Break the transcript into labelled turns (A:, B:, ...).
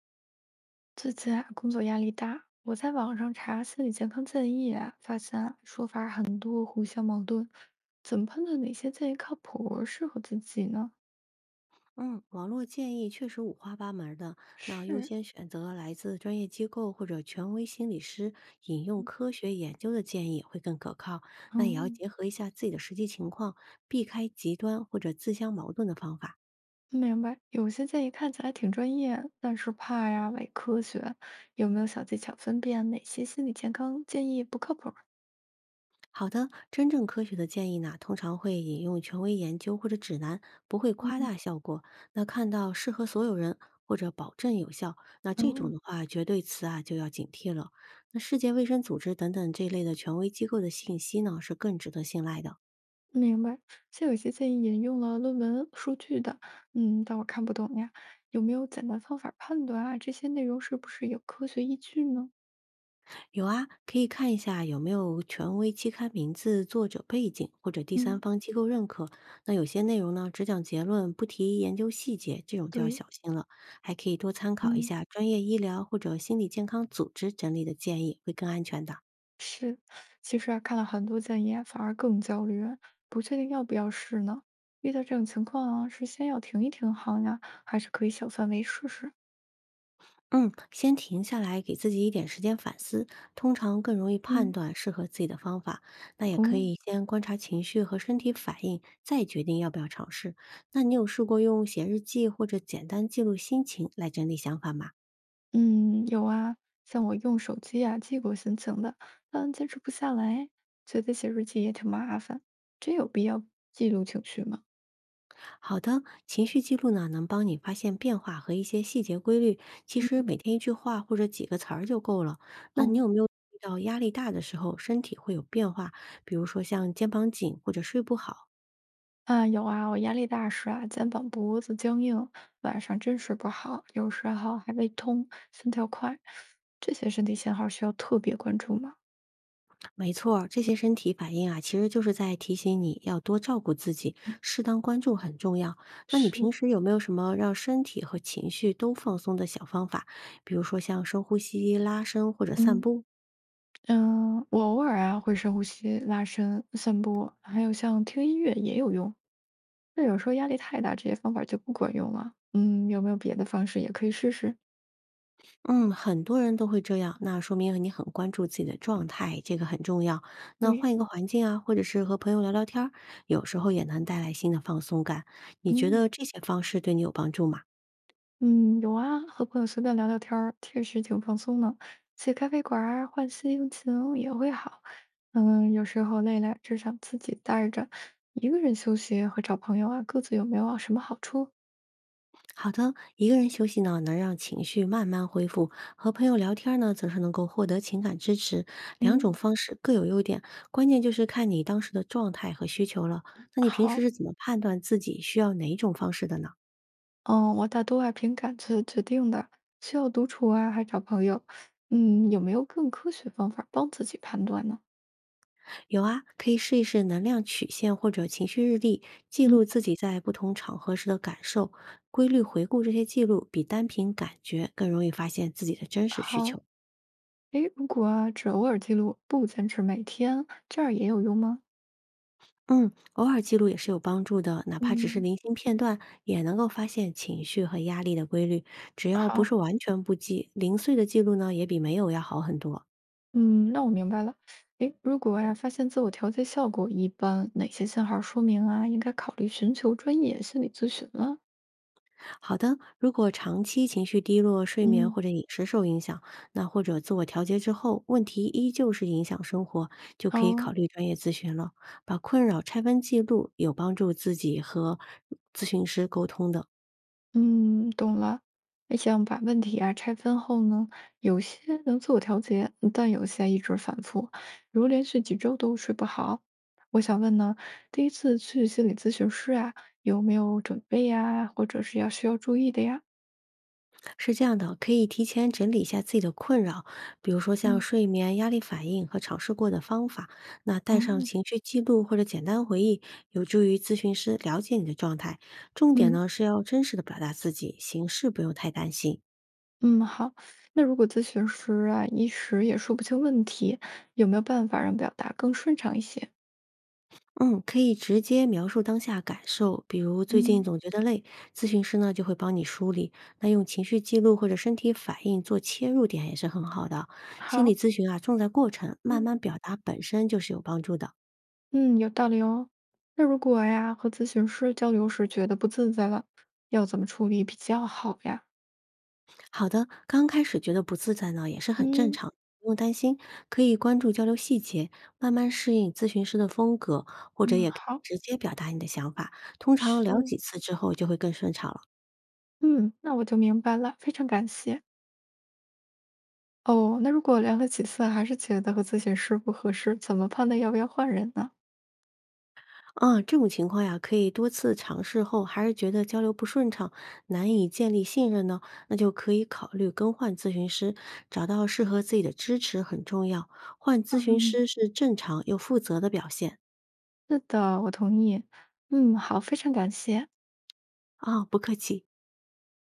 A: 最近啊，工作压力大，我在网上查心理健康建议啊，发现啊说法很多，互相矛盾。怎么判断哪些建议靠谱，适合自己呢？
B: 嗯，网络建议确实五花八门儿的。那优
A: 是，
B: 先选择来自专业机构或者权威心理师引用
A: 嗯，
B: 科学研究的建议会更可靠。那也要结
A: 哦
B: 合一下自己的实际情况，避开极端或者自相矛盾的方法。
A: 明白。有些建议看起来挺专业，但是怕呀伪科学。有没有小技巧分辨哪些心理健康建议不靠谱儿？
B: 好的，真正科学的建议呢，通常会引用权威研究或者指南，不会夸
A: 嗯，
B: 大效果。那看到适合所有人或者保证有效，那
A: 哦，
B: 这种的话，绝对词啊就要警惕了。那世界卫生组织等等这类的权威机构的信息呢，是更值得信赖的。
A: 明白，像有些建议引用了论文数据的，嗯，但我看不懂呀，有没有简单方法判断啊？这些内容是不是有科学依据呢？
B: 有啊，可以看一下有没有权威期刊名字、作者背景或者第三
A: 嗯，
B: 方机构认可。那有些内容呢，只讲结论，不提研究细节，这种就要
A: 对，
B: 小心了。还可以多参考一
A: 嗯，
B: 下专业医疗或者心理健康组织整理的建议，会更安全的。
A: 是。其实啊，看了很多建议啊，反而更焦虑，不确定要不要试呢。遇到这种情况啊，是先要停一停好呀，还是可以小范围试试？
B: 嗯，先停下来，给自己一点时间反思，通常更容易判
A: 嗯，
B: 断适合自己的方法。那也
A: 哦。
B: 可以先观察情绪和身体反应，再决定要不要尝试。那你有试过用写日记或者简单记录心情来整理想法吗？
A: 嗯，有啊，像我用手机啊记过心情的，但坚持不下来，觉得写日记也挺麻烦。真有必要记录情绪吗？
B: 好的，情绪记录呢，能帮你发现变化和一些细节规律。其
A: 嗯，
B: 实每天一句话或者几个词儿就够了。那你
A: 哦，
B: 有没有遇到压力大的时候，身体会有变化，比如说像肩膀紧或者睡不好？
A: 啊，有啊，我压力大时啊，肩膀、脖子僵硬，晚上真睡不好，有时候还胃痛、心跳快，这些身体信号需要特别关注吗？
B: 没错儿这些身体反应啊，其实就是在提醒你要多照顾自己，
A: 嗯，
B: 适当关注很重要。那你平
A: 是
B: 时有没有什么让身体和情绪都放松的小方法？比如说像深呼吸、拉伸或者散
A: 嗯。
B: 步？
A: 嗯，我偶尔啊会深呼吸、拉伸、散步，还有像听音乐也有用。那有时候压力太大，这些方法就不管用了。嗯，有没有别的方式也可以试试？
B: 嗯，很多人都会这样，那说明你很关注自己的状态，这个很重要。那
A: 对，
B: 换一个环境啊，或者是和朋友聊聊天儿，有时候也能带来新的放松感。你觉
A: 嗯
B: 得这些方式对你有帮助吗？
A: 嗯，有啊，和朋友随便聊聊天儿，确实挺放松的。去咖啡馆儿啊换心情也会好。嗯，有时候累了，只想自己待着，一个人休息和找朋友啊，各自有没有什么好处？
B: 好的，一个人休息呢，能让情绪慢慢恢复；和朋友聊天呢，则是能够获得情感支持。两种
A: 嗯，
B: 方式各有优点，关键就是看你当时的状态和需求了。那你平时
A: 好。
B: 是怎么判断自己需要哪一种方式的呢？
A: 嗯，我大多爱凭感觉决定的，需要独处啊，还找朋友。嗯，有没有更科学方法帮自己判断呢？
B: 有啊，可以试一试能量曲线或者情绪日历，记
A: 嗯，
B: 录自己在不同场合时的感受，规律回顾这些记录，比单凭感觉更容易发现自己的真实需
A: 好，
B: 求。
A: 诶，如果啊，只偶尔记录，不坚持每天，这样也有用吗？
B: 嗯，偶尔记录也是有帮助的，哪怕只是
A: 嗯
B: 零星片段，也能够发现情绪和压力的规律。只要不
A: 好，
B: 是完全不记，零碎的记录呢，也比没有要好很多。
A: 嗯，那我明白了。诶，如果呀，发现自我调节效果一般，哪些信号说明啊，应该考虑寻求专业心理咨询了？
B: 好的，如果长期情绪低落、睡眠
A: 嗯
B: 或者饮食受影响，那或者自我调节之后，问题依旧是影响生活，就可以考
A: 哦。
B: 虑专业咨询了。把困扰拆分记录，有帮助自己和咨询师沟通的。
A: 嗯，懂了。哎，想把问题啊拆分后呢，有些能自我调节，但有些一直反复，如连续几周都睡不好。我想问呢，第一次去心理咨询师啊，有没有准备呀，或者是要需要注意的呀？
B: 是这样的，可以提前整理一下自己的困扰，比如说像
A: 嗯，
B: 睡眠、压力反应和尝试过的方法。那带上
A: 哦，
B: 情绪记录或者简单回忆，有助于咨询师了解你的状态。重点
A: 嗯
B: 呢是要真实的表达自己，形式不用太担心。
A: 嗯，好。那如果咨询师啊一时也说不清问题，有没有办法让表达更顺畅一些？
B: 嗯，可以直接描述当下感受，比如最近
A: 嗯，
B: 总觉得累，咨询师呢就会帮你梳理。那用情绪记录或者身体反应做切入点也是很好的。心理
A: 好。
B: 咨询啊，重在过程，慢慢
A: 嗯，
B: 表达本身就是有帮助的。
A: 嗯，有道理哦。那如果呀，和咨询师交流时觉得不自在了，要怎么处理比较好呀？
B: 好的，刚开始觉得不自在呢，也是很正
A: 嗯，
B: 常，不用担心，可以关注交流细节，慢慢适应咨询师的风格，或者
A: 嗯，
B: 也可以
A: 好，
B: 直接表达你的想法。通常聊
A: 是，
B: 几次之后就会更顺畅了。
A: 嗯，那我就明白了，非常感谢。哦，那如果聊了几次还是觉得和咨询师不合适，怎么判断要不要换人呢？
B: 啊，这种情况呀，可以多次尝试后，还是觉得交流不顺畅，难以建立信任呢，那就可以考虑更换咨询师，找到适合自己的支持很重要。换咨询
A: 嗯，
B: 师是正常又负责的表现。
A: 是的，我同意。嗯，好，非常感谢。
B: 啊、不客气。